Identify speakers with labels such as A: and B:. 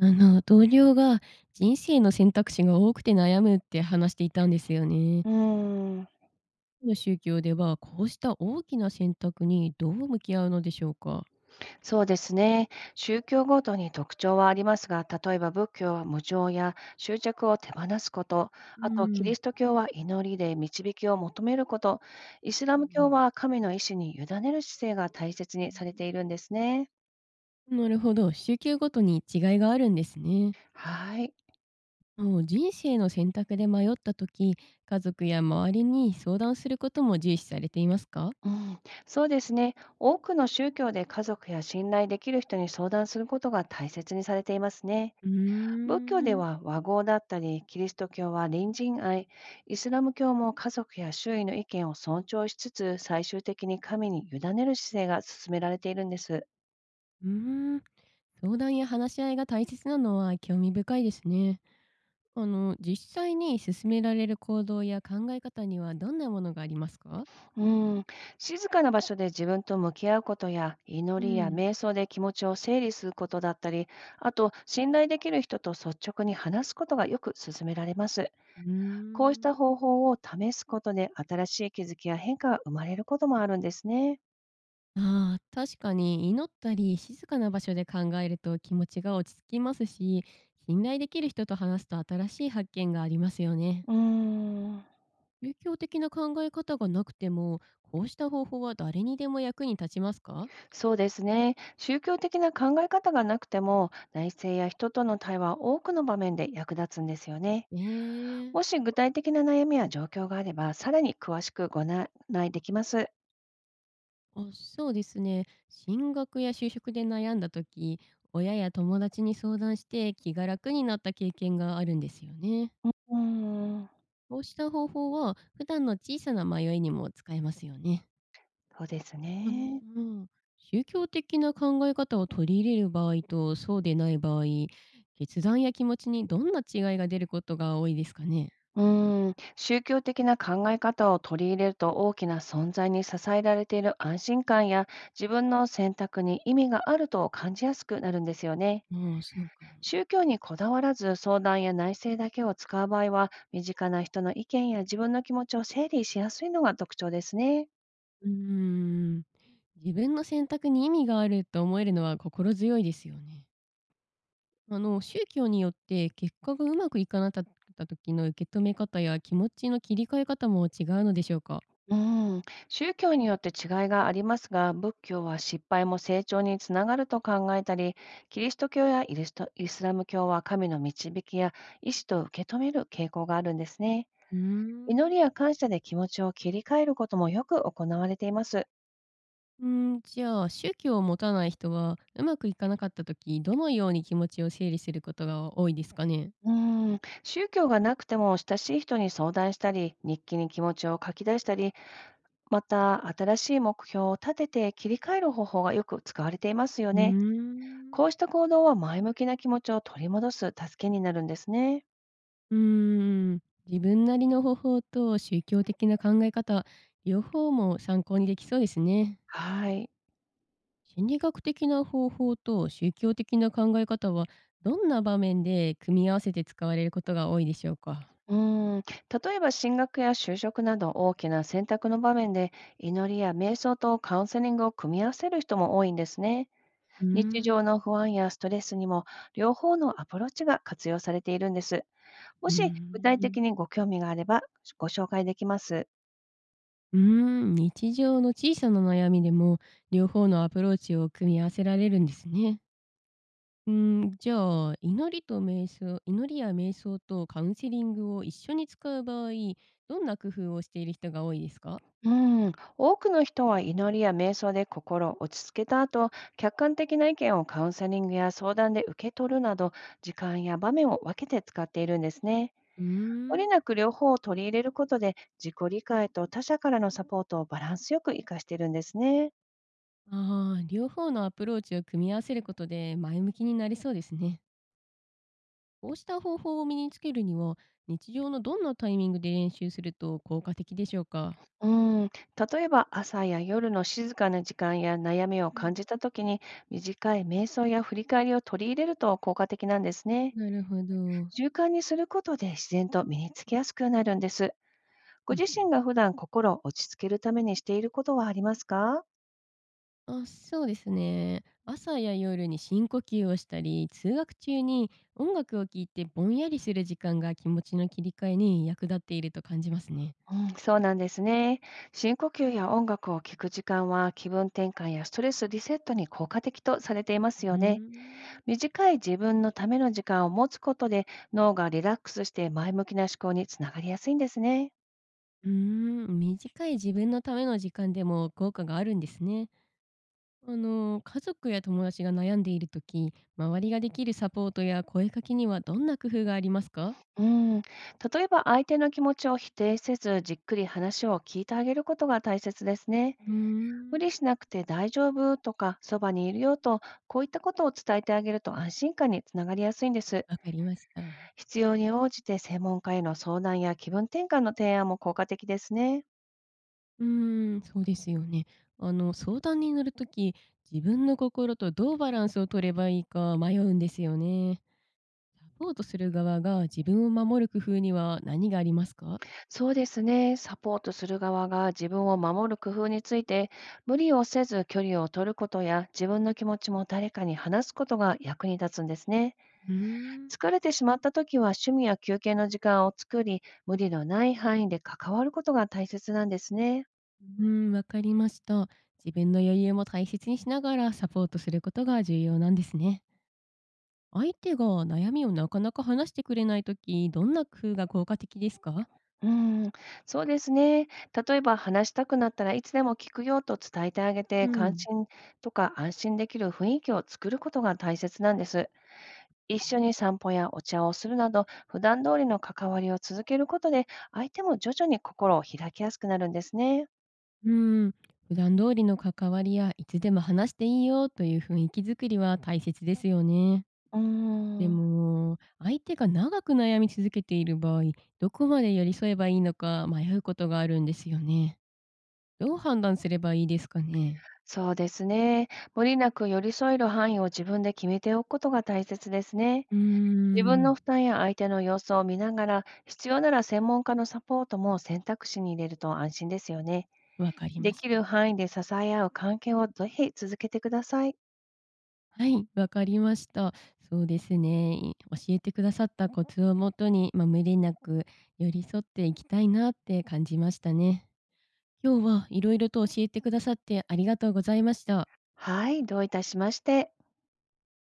A: 同僚が人生の選択肢が多くて悩むって話していたんですよね。
B: うーん、
A: の宗教ではこうした大きな選択にどう向き合うのでしょうか。
B: そうですね。宗教ごとに特徴はありますが、例えば仏教は無常や執着を手放すこと、
A: う
B: あと
A: ん、う
B: キ
A: ん、
B: リスト教は祈りで導きを求めること、イスラ
A: う
B: ム教
A: ん。
B: は神の意志に委ねる姿勢が大切にされているんですね。
A: なるほど、宗教ごとに違いがあるんですね。
B: はい。
A: もう人生の選択で迷った時、家族や周りに相談することも重視されていますか？
B: うん、そうですね。多くの宗教で家族や信頼できる人に相談することが大切にされていますね。
A: うー
B: 仏教で
A: ん。
B: は和合だったり、キリスト教は隣人愛、イスラム教も家族や周囲の意見を尊重しつつ、最終的に神に委ねる姿勢が進められているんです。
A: うーん。相談や話し合いが大切なのは興味深いですね。実際に勧められる行動や考え方にはどんなものがありますか？
B: うん、静かな場所で自分と向き合うことや、
A: う
B: 祈りや
A: ん。
B: 瞑想で気持ちを整理することだったり、あと、信頼できる人と率直に話すことがよく勧められます。
A: う
B: こうし
A: ーん。
B: た方法を試すことで、新しい気づきや変化が生まれることもあるんですね。
A: ああ、確かに祈ったり静かな場所で考えると気持ちが落ち着きますし、信頼できる人と話すと新しい発見がありますよね。
B: うーん
A: 宗教的な考え方がなくても、こうした方法は誰にでも役に立ちますか？
B: そうですね。宗教的な考え方がなくても、内政や人との対話は多くの場面で役立つんですよね。
A: え
B: も
A: え。
B: し具体的な悩みや状況があれば、さらに詳しくご案内できます。
A: あ、そうですね。進学や就職で悩んだ時、親や友達に相談して気が楽になった経験があるんですよね。
B: うーん、
A: こうした方法は普段の小さな迷いにも使えますよね。
B: そうです
A: あ
B: ね。
A: の、宗教的な考え方を取り入れる場合とそうでない場合、決断や気持ちにどんな違いが出ることが多いですかね。
B: うーん、宗教的な考え方を取り入れると大きな存在に支えられている安心感や自分の選択に意味があると感じやすくなるんですよね。
A: ああ、そうかも。
B: 宗教にこだわらず相談や内省だけを使う場合は、身近な人の意見や自分の気持ちを整理しやすいのが特徴ですね。
A: うーん。自分の選択に意味があると思えるのは心強いですよね。宗教によって結果がうまくいかなかった時の受け止め方や気持ちの切り替え方も違うのでしょうか？
B: うん、宗教によって違いがありますが、仏教は失敗も成長につながると考えたり、キリスト教やイスラム教は神の導きや意志と受け止める傾向があるんですね。
A: うー
B: 祈
A: ん。
B: りや感謝で気持ちを切り替えることもよく行われています。
A: うーん。じゃあ宗教を持たない人はうまくいかなかった時どのように気持ちを整理することが多いですかね？
B: うん、宗教がなくても親しい人に相談したり、日記に気持ちを書き出したり、また、新しい目標を立てて切り替える方法がよく使われていますよ
A: うー
B: ね。
A: ん。
B: こうした行動は前向きな気持ちを取り戻す助けになるんですね。
A: うーん。自分なりの方法と宗教的な考え方両方も参考にできそうですね。
B: はい。
A: 心理学的な方法と宗教的な考え方はどんな場面で組み合わせて使われることが多いでしょうか？
B: うーん。例えば進学や就職など大きな選択の場面で祈りや瞑想とカウンセリングを組み合わせる人も多いんですね。
A: うー
B: 日常
A: ん。
B: の不安やストレスにも両方のアプローチが活用されているんです。も
A: うー
B: し具体
A: ん。
B: 的にご興味があればご紹介できます。
A: うーん。日常の小さな悩みでも両方のアプローチを組み合わせられるんですね。うーん。じゃあ祈りや瞑想とカウンセリングを一緒に使う場合どんな工夫をしている人が多いですか？
B: うん、多くの人は祈りや瞑想で心を落ち着けた後、客観的な意見をカウンセリングや相談で受け取るなど、時間や場面を分けて使っているんですね。
A: うー
B: 無理
A: ん。
B: なく両方を取り入れることで、自己理解と他者からのサポートをバランスよく活かしているんですね。
A: ああ両方のアプローチを組み合わせることで前向きになりそうですね。こうした方法を身につけるには、日常のどんなタイミングで練習すると効果的でしょうか？
B: うん、例えば朝や夜の静かな時間や悩みを
A: う
B: 感
A: ん。
B: じた時に短い瞑想や振り返りを取り入れると効果的なんですね。
A: なるほど。
B: 習慣にすることで自然と身につきやすくなるんです。
A: う
B: ご
A: ん、
B: 自
A: うん。
B: 身が普段心を落ち着けるためにしていることはありますか？
A: あ、そうですね。朝や夜に深呼吸をしたり、通学中に音楽を聴いてぼんやりする時間が気持ちの切り替えに役立っていると感じますね。
B: うん、そうなんですね。深呼吸や音楽を聴く時間は気分転換やストレスリセットに効果的とされています
A: う
B: よ
A: ー
B: ね。
A: ん。ん。
B: 短い自分のための時間を持つことで脳がリラックスして前向きな思考につながりやすいんですね。
A: うーん、短い自分のための時間でも効果があるんですね。家族や友達が悩んでいるとき周りができるサポートや声かけにはどんな工夫がありますか？
B: うん、例えば相手の気持ちを否定せずじっくり話を聞いてあげることが大切ですね。
A: うー
B: 無理
A: ん、
B: しなくて大丈夫とか、そばにいるよと、こういったことを伝えてあげると安心感につながりやすいんです。
A: わかりました。
B: 必要に応じて専門家への相談や気分転換の提案も効果的ですね。
A: うーん、そうですよね。相談に乗るとき、自分の心とどうバランスを取ればいいか迷うんですよね。サポートする側が自分を守る工夫には何がありますか？
B: そうですね。サポートする側が自分を守る工夫について、無理をせず距離を取ることや、自分の気持ちも誰かに話すことが役に立つんですね。
A: うーん。
B: 疲れてしまった時は趣味や休憩の時間を作り、無理のない範囲で関わることが大切なんですね。
A: うーん、わかりました。自分の余裕も大切にしながらサポートすることが重要なんですね。相手が悩みをなかなか話してくれないとき、どんな工夫が効果的ですか？
B: うーん、そうですね。例えば話したくなったらいつでも聞くよと伝えてあげ
A: う
B: て、関
A: ん。
B: 心とか安心できる雰囲気を作ることが大切なんです。一緒
A: は
B: に
A: い。
B: 散歩やお茶をするなど、普段通りの関わりを続けることで、相手も徐々に心を開きやすくなるんですね。
A: うん、普段通りの関わりや、いつでも話していいよという雰囲気づくりは大切ですよね。
B: うー
A: で
B: ん、
A: も、相手が長く悩み続けている場合、どこまで寄り添えばいいのか迷うことがあるんですよね。どう判断すればいいですかね？
B: そうですね。無理なく寄り添える範囲を自分で決めておくことが大切ですね。
A: うー
B: 自分の
A: ん。
B: 負担や相手の様子を見ながら、必要なら専門家のサポートも選択肢に入れると安心ですよね。
A: わかりま
B: で
A: し
B: きる
A: た。
B: 範囲で支え合う関係をぜひ続けてください。
A: はい、わかりました。そうですね。教えてくださったコツをもとに、まあ、無理なく寄り添っていきたいなって感じましたね。今日は色々と教えてくださってありがとうございました。
B: はい、どういたしまして。